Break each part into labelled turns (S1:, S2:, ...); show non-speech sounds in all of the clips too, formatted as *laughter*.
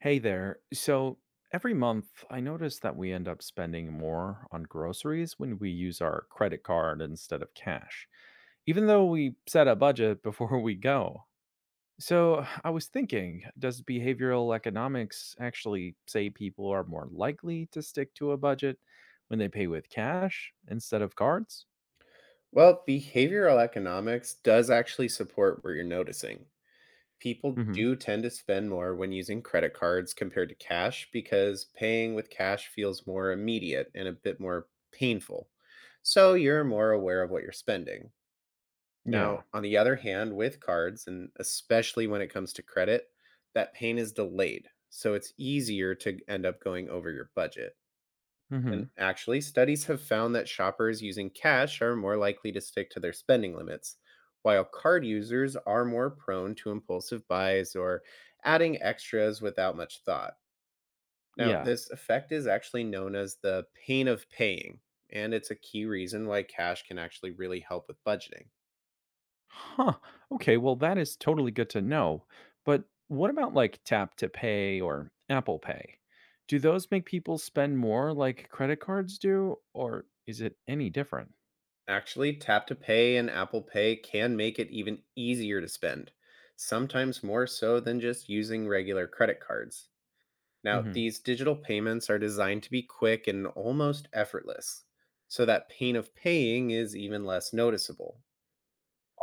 S1: Hey there. So every month, I notice that we end up spending more on groceries when we use our credit card instead of cash, even though we set a budget *laughs* before we go. So I was thinking, does behavioral economics actually say people are more likely to stick to a budget when they pay with cash instead of cards?
S2: Well, behavioral economics does actually support what you're noticing. People
S1: Hmm.
S2: do tend to spend more when using credit cards compared to cash because paying with cash feels more immediate and a bit more painful. So you're more aware of what you're spending.
S1: Yeah.
S2: Now, on the other hand, with cards, and especially when it comes to credit, that pain is delayed. So it's easier to end up going over your budget. And
S1: Hmm.
S2: actually, studies have found that shoppers using cash are more likely to stick to their spending limits, while card users are more prone to impulsive buys or adding extras without much thought. Now,
S1: Yeah.
S2: this effect is actually known as the pain of paying, and it's a key reason why cash can actually really help with budgeting.
S1: Huh. Okay. Well, that is totally good to know. But what about like Tap to Pay or Apple Pay? Do those make people spend more like credit cards do, or is it any different?
S2: Actually, Tap to Pay and Apple Pay can make it even easier to spend, sometimes more so than just using regular credit cards. Now,
S1: Hmm.
S2: these digital payments are designed to be quick and almost effortless, so that pain of paying is even less noticeable.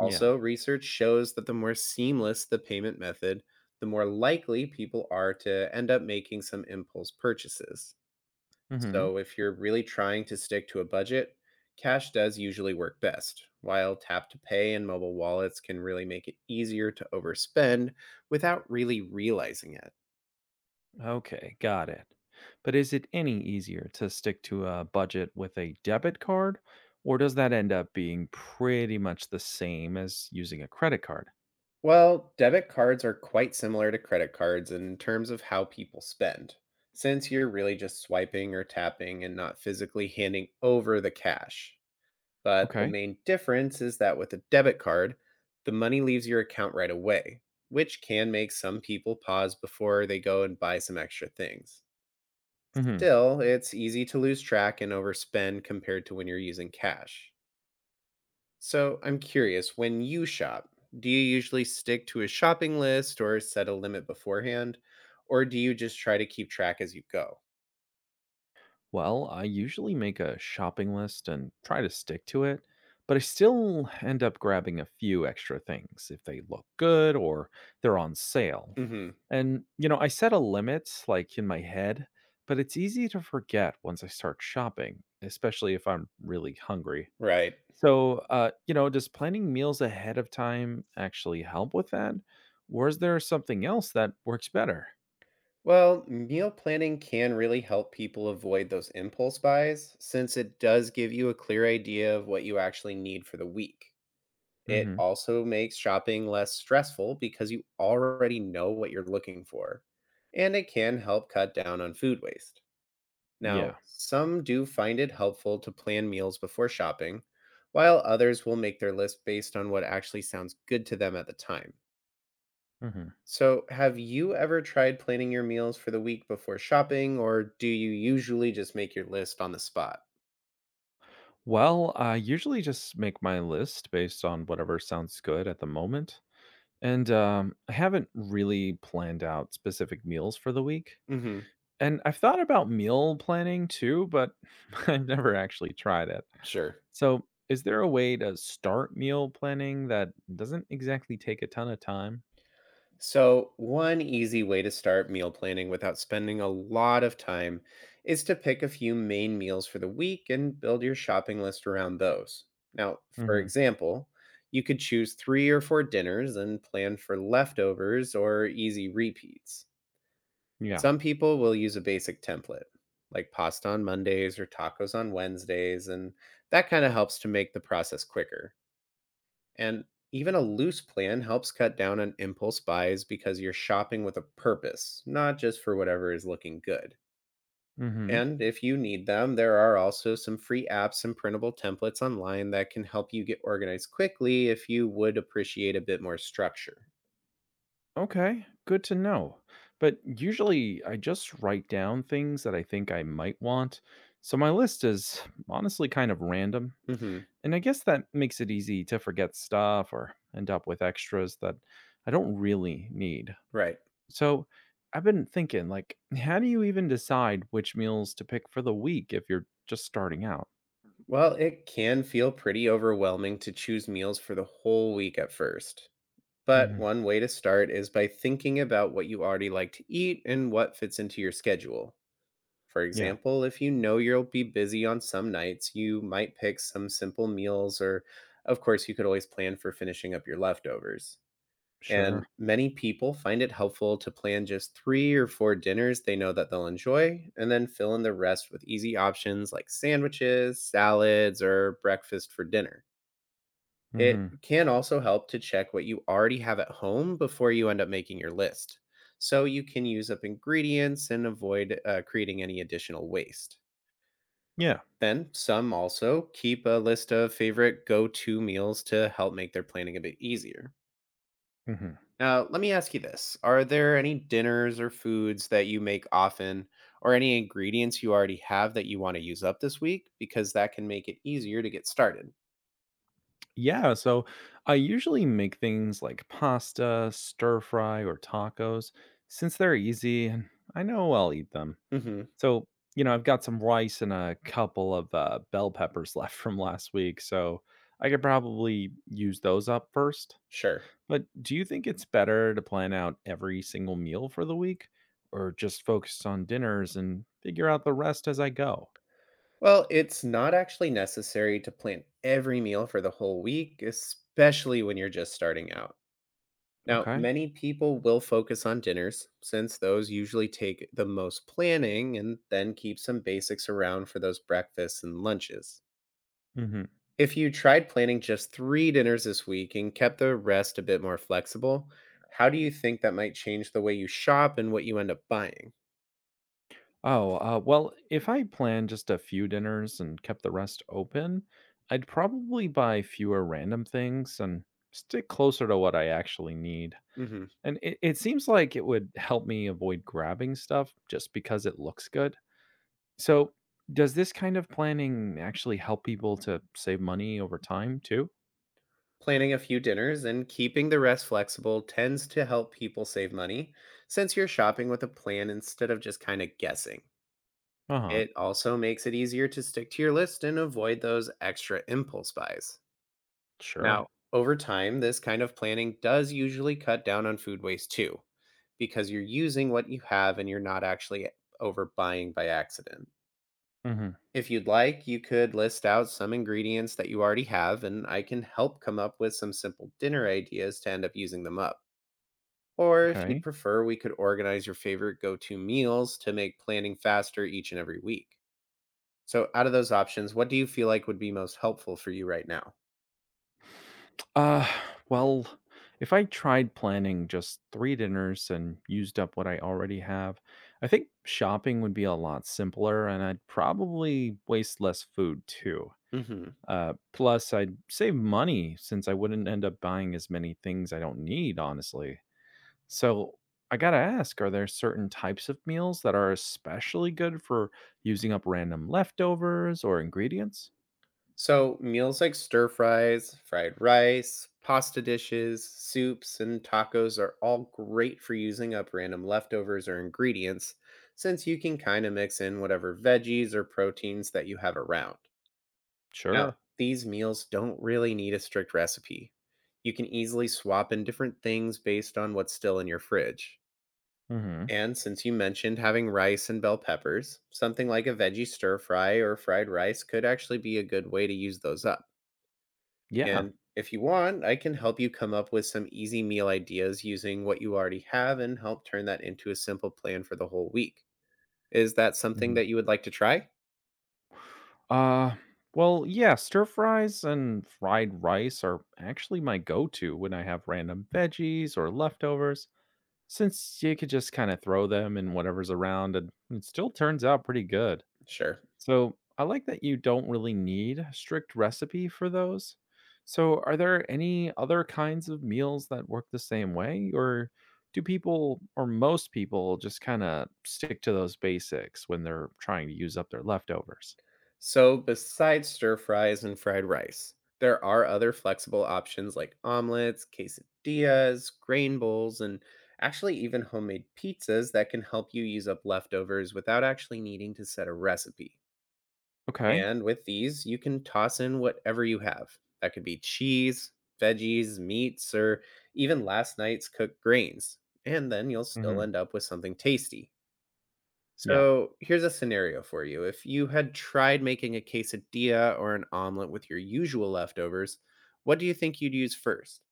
S1: Yeah.
S2: research shows that the more seamless the payment method, the more likely people are to end up making some impulse purchases.
S1: Hmm.
S2: So, if you're really trying to stick to a budget, cash does usually work best, while tap to pay and mobile wallets can really make it easier to overspend without really realizing it.
S1: Okay. Got it. But is it any easier to stick to a budget with a debit card, or does that end up being pretty much the same as using a credit card?
S2: Well, debit cards are quite similar to credit cards in terms of how people spend, since you're really just swiping or tapping and not physically handing over the cash. But the
S1: Okay.
S2: main difference is that with a debit card, the money leaves your account right away, which can make some people pause before they go and buy some extra things.
S1: Hmm.
S2: Still, it's easy to lose track and overspend compared to when you're using cash. So I'm curious, when you shop, do you usually stick to a shopping list or set a limit beforehand? Or do you just try to keep track as you go?
S1: Well, I usually make a shopping list and try to stick to it, but I still end up grabbing a few extra things if they look good or they're on sale.
S2: Hmm.
S1: And, you know, I set a limit like in my head, but it's easy to forget once I start shopping, especially if I'm really hungry.
S2: Right.
S1: So, you know, does planning meals ahead of time actually help with that? Or is there something else that works better?
S2: Well, meal planning can really help people avoid those impulse buys since it does give you a clear idea of what you actually need for the week.
S1: Mm
S2: It
S1: hmm.
S2: also makes shopping less stressful because you already know what you're looking for, and it can help cut down on food waste. Now,
S1: Yeah.
S2: some do find it helpful to plan meals before shopping, while others will make their list based on what actually sounds good to them at the time.
S1: Mm hmm.
S2: So, have you ever tried planning your meals for the week before shopping, or do you usually just make your list on the spot?
S1: Well, I usually just make my list based on whatever sounds good at the moment. And I haven't really planned out specific meals for the week.
S2: Mm hmm.
S1: And I've thought about meal planning too, but *laughs* I've never actually tried it.
S2: Sure.
S1: So, is there a way to start meal planning that doesn't exactly take a ton of time?
S2: So, one easy way to start meal planning without spending a lot of time is to pick a few main meals for the week and build your shopping list around those. Now, for
S1: Hmm.
S2: example, you could choose three or four dinners and plan for leftovers or easy repeats.
S1: Yeah.
S2: Some people will use a basic template, like pasta on Mondays or tacos on Wednesdays, and that kind of helps to make the process quicker. And even a loose plan helps cut down on impulse buys because you're shopping with a purpose, not just for whatever is looking good.
S1: Hmm.
S2: And if you need them, there are also some free apps and printable templates online that can help you get organized quickly if you would appreciate a bit more structure.
S1: Okay, good to know. But usually I just write down things that I think I might want, so my list is honestly kind of random.
S2: Hmm.
S1: And I guess that makes it easy to forget stuff or end up with extras that I don't really need.
S2: Right.
S1: So I've been thinking, like, how do you even decide which meals to pick for the week if you're just starting out?
S2: Well, it can feel pretty overwhelming to choose meals for the whole week at first. But
S1: Hmm.
S2: one way to start is by thinking about what you already like to eat and what fits into your schedule. For
S1: Yeah,
S2: example, if you know you'll be busy on some nights, you might pick some simple meals, or of course, you could always plan for finishing up your leftovers. And
S1: sure.
S2: many people find it helpful to plan just three or four dinners they know that they'll enjoy, and then fill in the rest with easy options like sandwiches, salads, or breakfast for dinner. It
S1: Hmm.
S2: can also help to check what you already have at home before you end up making your list. So you can use up ingredients and avoid creating any additional waste.
S1: Yeah.
S2: Then some also keep a list of favorite go to meals to help make their planning a bit easier.
S1: Mhm.
S2: Now, let me ask you this. Are there any dinners or foods that you make often, or any ingredients you already have that you want to use up this week? Because that can make it easier to get started.
S1: Yeah, so I usually make things like pasta, stir fry, or tacos since they're easy and I know I'll eat them.
S2: Hmm.
S1: So, you know, I've got some rice and a couple of bell peppers *laughs* left from last week, so I could probably use those up first.
S2: Sure.
S1: But do you think it's better to plan out every single meal for the week or just focus on dinners and figure out the rest as I go?
S2: Well, it's not actually necessary to plan every meal for the whole week, especially when you're just starting out. Now,
S1: Okay.
S2: many people will focus on dinners since those usually take the most planning and then keep some basics around for those breakfasts and lunches. If you tried planning just three dinners this week and kept the rest a bit more flexible, how do you think that might change the way you shop and what you end up buying?
S1: Oh, well, if I planned just a few dinners and kept the rest open, I'd probably buy fewer random things and stick closer to what I actually need.
S2: Hmm.
S1: And it seems like it would help me avoid grabbing stuff just because it looks good. So, does this kind of planning actually help people to save money over time too?
S2: Planning a few dinners and keeping the rest flexible tends to help people save money since you're shopping with a plan instead of just kind of guessing.
S1: Uh huh.
S2: It also makes it easier to stick to your list and avoid those extra impulse buys. Now,
S1: Sure.
S2: over time, this kind of planning does usually cut down on food waste too, because you're using what you have and you're not actually overbuying by accident.
S1: Mm hmm.
S2: If you'd like, you could list out some ingredients that you already have, and I can help come up with some simple dinner ideas to end up using them up. Or if you'd
S1: Okay.
S2: prefer, we could organize your favorite go to meals to make planning faster each and every week. So, out of those options, what do you feel like would be most helpful for you right now?
S1: Uh, well, if I tried planning just three dinners and used up what I already have, I think shopping would be a lot simpler and I'd probably waste less food too.
S2: Hmm.
S1: Plus, I'd save money since I wouldn't end up buying as many things I don't need, honestly. So, I gotta ask, are there certain types of meals that are especially good for using up random leftovers or ingredients?
S2: So, meals like stir fries, fried rice, pasta dishes, soups, and tacos are all great for using up random leftovers or ingredients since you can kind of mix in whatever veggies or proteins that you have around. Now,
S1: Sure.
S2: these meals don't really need a strict recipe. You can easily swap in different things based on what's still in your fridge.
S1: Mm hmm.
S2: And since you mentioned having rice and bell peppers, something like a veggie stir fry or fried rice could actually be a good way to use those up.
S1: Yeah.
S2: And if you want, I can help you come up with some easy meal ideas using what you already have and help turn that into a simple plan for the whole week. Is that something
S1: Mm-hmm.
S2: that you would like to try?
S1: Uh, well, yeah, stir fries and fried rice are actually my go to when I have random veggies or leftovers, since you could just kind of throw them in whatever's around and it still turns out pretty good.
S2: Sure.
S1: So I like that you don't really need a strict recipe for those. So, are there any other kinds of meals that work the same way, or do people or most people just kind of stick to those basics when they're trying to use up their leftovers?
S2: So, besides stir fries and fried rice, there are other flexible options like omelets, quesadillas, grain bowls, and actually even homemade pizzas that can help you use up leftovers without actually needing to set a recipe.
S1: Okay.
S2: And with these, you can toss in whatever you have. That could be cheese, veggies, meats, or even last night's cooked grains. And then you'll still
S1: Mhm.
S2: end up with something tasty.
S1: Yeah.
S2: So here's a scenario for you. If you had tried making a quesadilla or an omelet with your usual leftovers, what do you think you'd use 1st?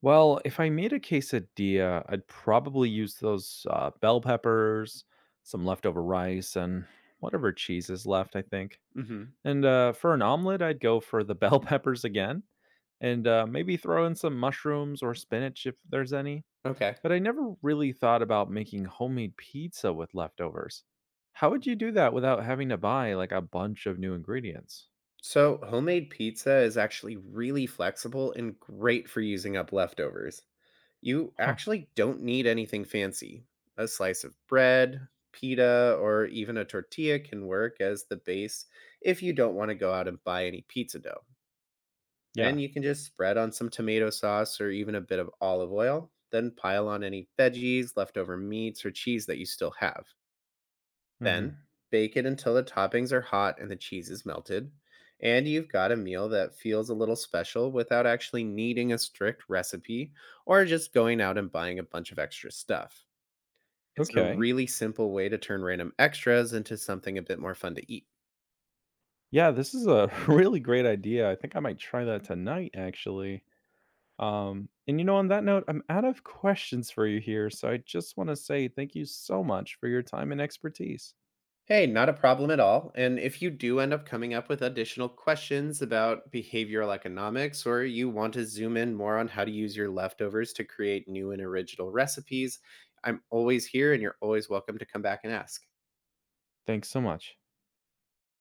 S1: Well, if I made a quesadilla, I'd probably use those bell peppers, some leftover rice, and whatever cheese is left, I think.
S2: Hmm.
S1: And for an omelet, I'd go for the *laughs* bell peppers again, and maybe throw in some mushrooms or spinach if there's any.
S2: Okay.
S1: But I never really thought about making homemade pizza with leftovers. How would you do that without having to buy like a bunch of new ingredients?
S2: So homemade pizza is actually really flexible and great for using up leftovers. You
S1: Huh.
S2: actually don't need anything fancy. A slice of bread, pita, or even a tortilla can work as the base if you don't want to go out and buy any pizza dough. Then
S1: Yeah.
S2: you can just spread on some tomato sauce or even a bit of olive oil, then pile on any veggies, leftover meats, or cheese that you still have.
S1: Hmm.
S2: Then bake it until the toppings are hot and the cheese is melted. And you've got a meal that feels a little special without actually needing a strict recipe or just going out and buying a bunch of extra stuff. It's a
S1: Okay.
S2: really simple way to turn random extras into something a bit more fun to eat.
S1: Yeah, this is a *laughs* really great idea. I think I might try that tonight, actually. And you know, on that note, I'm out of questions for you here. So I just want to say thank you so much for your time and expertise.
S2: Hey, not a problem at all. And if you do end up coming up with additional questions about behavioral economics, or you want to zoom in more on how to use your leftovers to create new and original recipes, I'm always here and you're always welcome to come back and ask.
S1: Thanks so much.